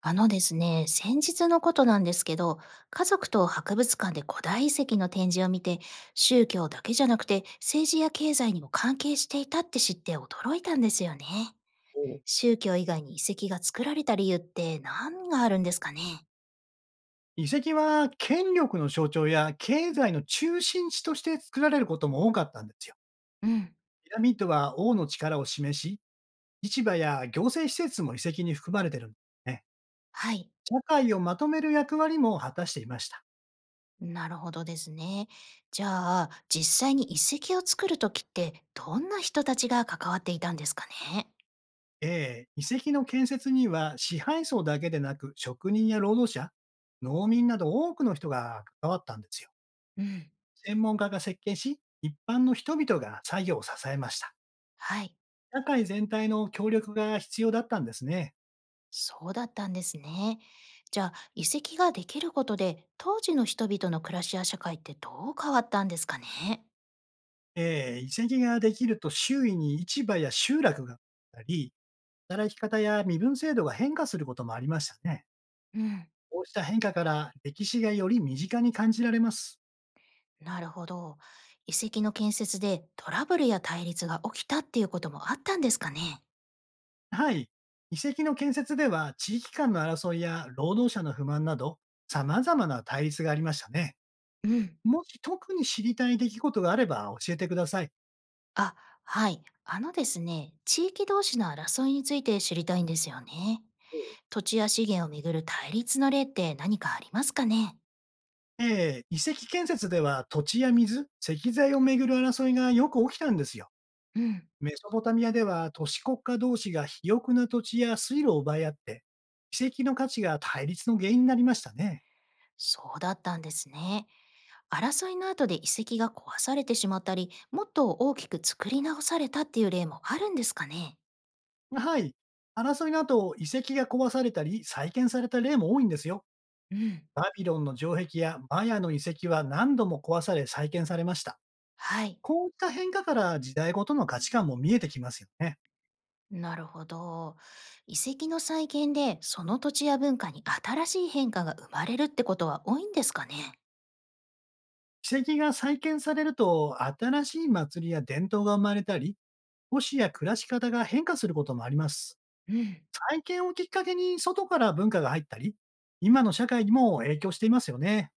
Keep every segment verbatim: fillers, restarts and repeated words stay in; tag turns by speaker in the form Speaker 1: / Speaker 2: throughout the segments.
Speaker 1: あのですね、先日のことなんですけど、家族と博物館で古代遺跡の展示を見て、宗教だけじゃなくて政治や経済にも関係していたって知って驚いたんですよね。
Speaker 2: お。
Speaker 1: 宗教以外に遺跡が作られた理由って何があるんですかね？
Speaker 2: 遺跡は権力の象徴や経済の中心地として作られることも多かったんですよ。
Speaker 1: うん、
Speaker 2: ピラミッドは王の力を示し、市場や行政施設も遺跡に含まれてるんですね。
Speaker 1: はい。
Speaker 2: 社会をまとめる役割も果たしていました。
Speaker 1: なるほどですね。じゃあ、実際に遺跡を作るときって、どんな人たちが関わっていたんですかね？
Speaker 2: ええ、遺跡の建設には支配層だけでなく、職人や労働者、農民など多くの人が関わったんですよ。
Speaker 1: うん。
Speaker 2: 専門家が設計し、一般の人々が作業を支えました。
Speaker 1: はい。
Speaker 2: 社会全体の協力が必要だったんですね。
Speaker 1: そうだったんですね。じゃあ、遺跡ができることで、当時の人々の暮らしや社会ってどう変わったんですかね？
Speaker 2: ええ、移籍ができると周囲に市場や集落があったり、働き方や身分制度が変化することもありましたね。
Speaker 1: うん、
Speaker 2: こうした変化から歴史がより身近に感じられます。
Speaker 1: なるほど。遺跡の建設でトラブルや対立が起きたっていうこともあったんですかね？
Speaker 2: はい。遺跡の建設では地域間の争いや労働者の不満など、様々な対立がありましたね。
Speaker 1: うん、
Speaker 2: もし特に知りたい出来事があれば教えてください。
Speaker 1: あ、はい。あのですね、地域同士の争いについて知りたいんですよね。土地や資源をめぐる対立の例って何かありますかね？
Speaker 2: ええ、遺跡建設では土地や水、石材をめぐる争いがよく起きたんですよ。
Speaker 1: うん。
Speaker 2: メソポタミアでは都市国家同士が肥沃な土地や水路を奪い合って、遺跡の価値が対立の原因になりましたね。
Speaker 1: そうだったんですね。争いの後で遺跡が壊されてしまったり、もっと大きく作り直されたっていう例もあるんですかね？
Speaker 2: はい。争いの後、遺跡が壊されたり再建された例も多いんですよ。
Speaker 1: うん、
Speaker 2: バビロンの城壁やマヤの遺跡は何度も壊され再建されました。
Speaker 1: はい。
Speaker 2: こういった変化から、時代ごとの価値観も見えてきますよね。
Speaker 1: なるほど。遺跡の再建でその土地や文化に新しい変化が生まれるってことは多いんですかね？
Speaker 2: 遺跡が再建されると、新しい祭りや伝統が生まれたり、都市や暮らし方が変化することもあります。
Speaker 1: うん、
Speaker 2: 再建をきっかけに外から文化が入ったり、今の社会にも影響していますよね。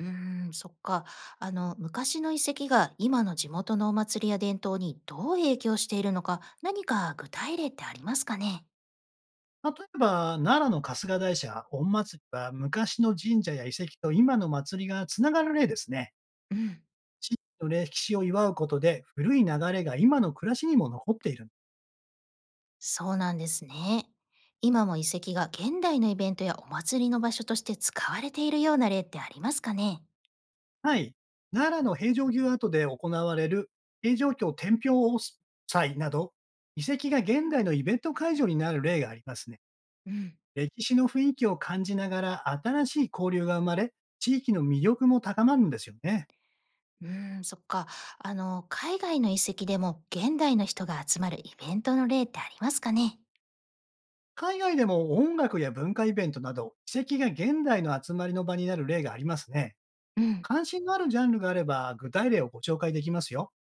Speaker 1: うーん、そっか。あの、昔の遺跡が今の地元のお祭りや伝統にどう影響しているのか、何か具体例ってありますかね？
Speaker 2: 例えば、奈良の春日大社、御祭りは昔の神社や遺跡と今の祭りがつながる例ですね。
Speaker 1: うん。
Speaker 2: 地域の歴史を祝うことで、古い流れが今の暮らしにも残っている。
Speaker 1: そうなんですね。今も遺跡が現代のイベントやお祭りの場所として使われているような例ってありますかね？
Speaker 2: はい。奈良の平城宮跡で行われる平城京天平祭など、遺跡が現代のイベント会場になる例がありますね。
Speaker 1: うん。
Speaker 2: 歴史の雰囲気を感じながら新しい交流が生まれ、地域の魅力も高まるんですよね。
Speaker 1: うーん、そっか。あの、海外の遺跡でも現代の人が集まるイベントの例ってありますかね？
Speaker 2: 海外でも音楽や文化イベントなど、遺跡が現代の集まりの場になる例がありますね。
Speaker 1: うん。
Speaker 2: 関心のあるジャンルがあれば、具体例をご紹介できますよ。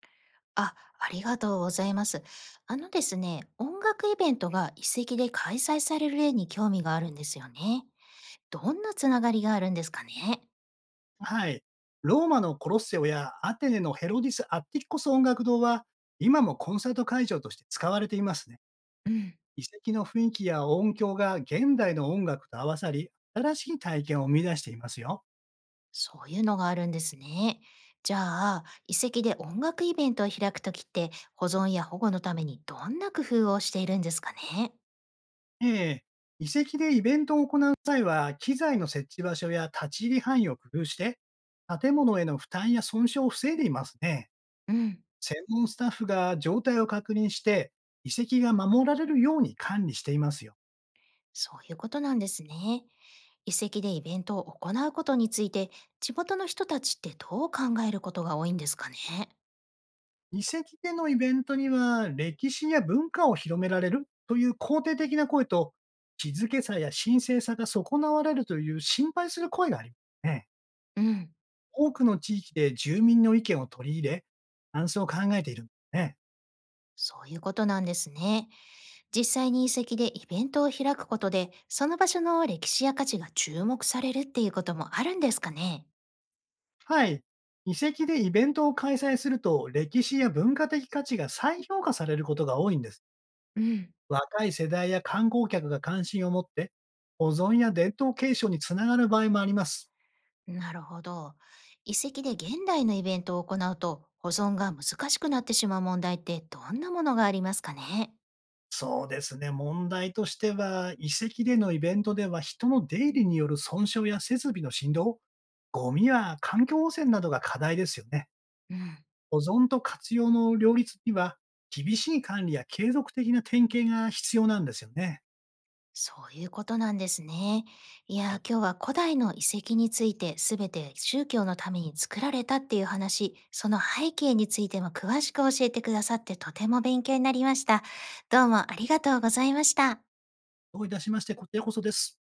Speaker 1: あ、ありがとうございます。あのですね、音楽イベントが遺跡で開催される例に興味があるんですよね。どんなつながりがあるんですかね？
Speaker 2: はい。ローマのコロッセオやアテネのヘロディス・アッティッコス音楽堂は、今もコンサート会場として使われていますね。
Speaker 1: うん。
Speaker 2: 遺跡の雰囲気や音響が現代の音楽と合わさり、新しい体験を生み出していますよ。
Speaker 1: そういうのがあるんですね。じゃあ、遺跡で音楽イベントを開くときって、保存や保護のためにどんな工夫をしているんですかね？
Speaker 2: ええ、遺跡でイベントを行う際は、機材の設置場所や立ち入り範囲を工夫して、建物への負担や損傷を防いでいますね。
Speaker 1: うん、
Speaker 2: 専門スタッフが状態を確認して、遺跡が守られるように管理していますよ。
Speaker 1: そういうことなんですね。遺跡でイベントを行うことについて、地元の人たちってどう考えることが多いんですかね？
Speaker 2: 遺跡でのイベントには、歴史や文化を広められるという肯定的な声と、静けさや神聖さが損なわれるという心配する声がありますね。
Speaker 1: うん、
Speaker 2: 多くの地域で住民の意見を取り入れ、安心を考えているんですね。
Speaker 1: そういうことなんですね。実際に遺跡でイベントを開くことで、その場所の歴史や価値が注目されるっていうこともあるんですかね？
Speaker 2: はい。遺跡でイベントを開催すると、歴史や文化的価値が再評価されることが多いんです。
Speaker 1: うん。
Speaker 2: 若い世代や観光客が関心を持って、保存や伝統継承につながる場合もあります。
Speaker 1: なるほど。遺跡で現代のイベントを行うと保存が難しくなってしまう問題ってどんなものがありますかね？
Speaker 2: そうですね。問題としては、遺跡でのイベントでは人の出入りによる損傷や設備の振動、ゴミや環境汚染などが課題ですよね。
Speaker 1: うん。
Speaker 2: 保存と活用の両立には、厳しい管理や継続的な点検が必要なんですよね。
Speaker 1: そういうことなんですね。いやー、今日は古代の遺跡について全て宗教のために作られたっていう話、その背景についても詳しく教えてくださってとても勉強になりました。どうもありがとうございました。
Speaker 2: どういたしまして、こちらこそです。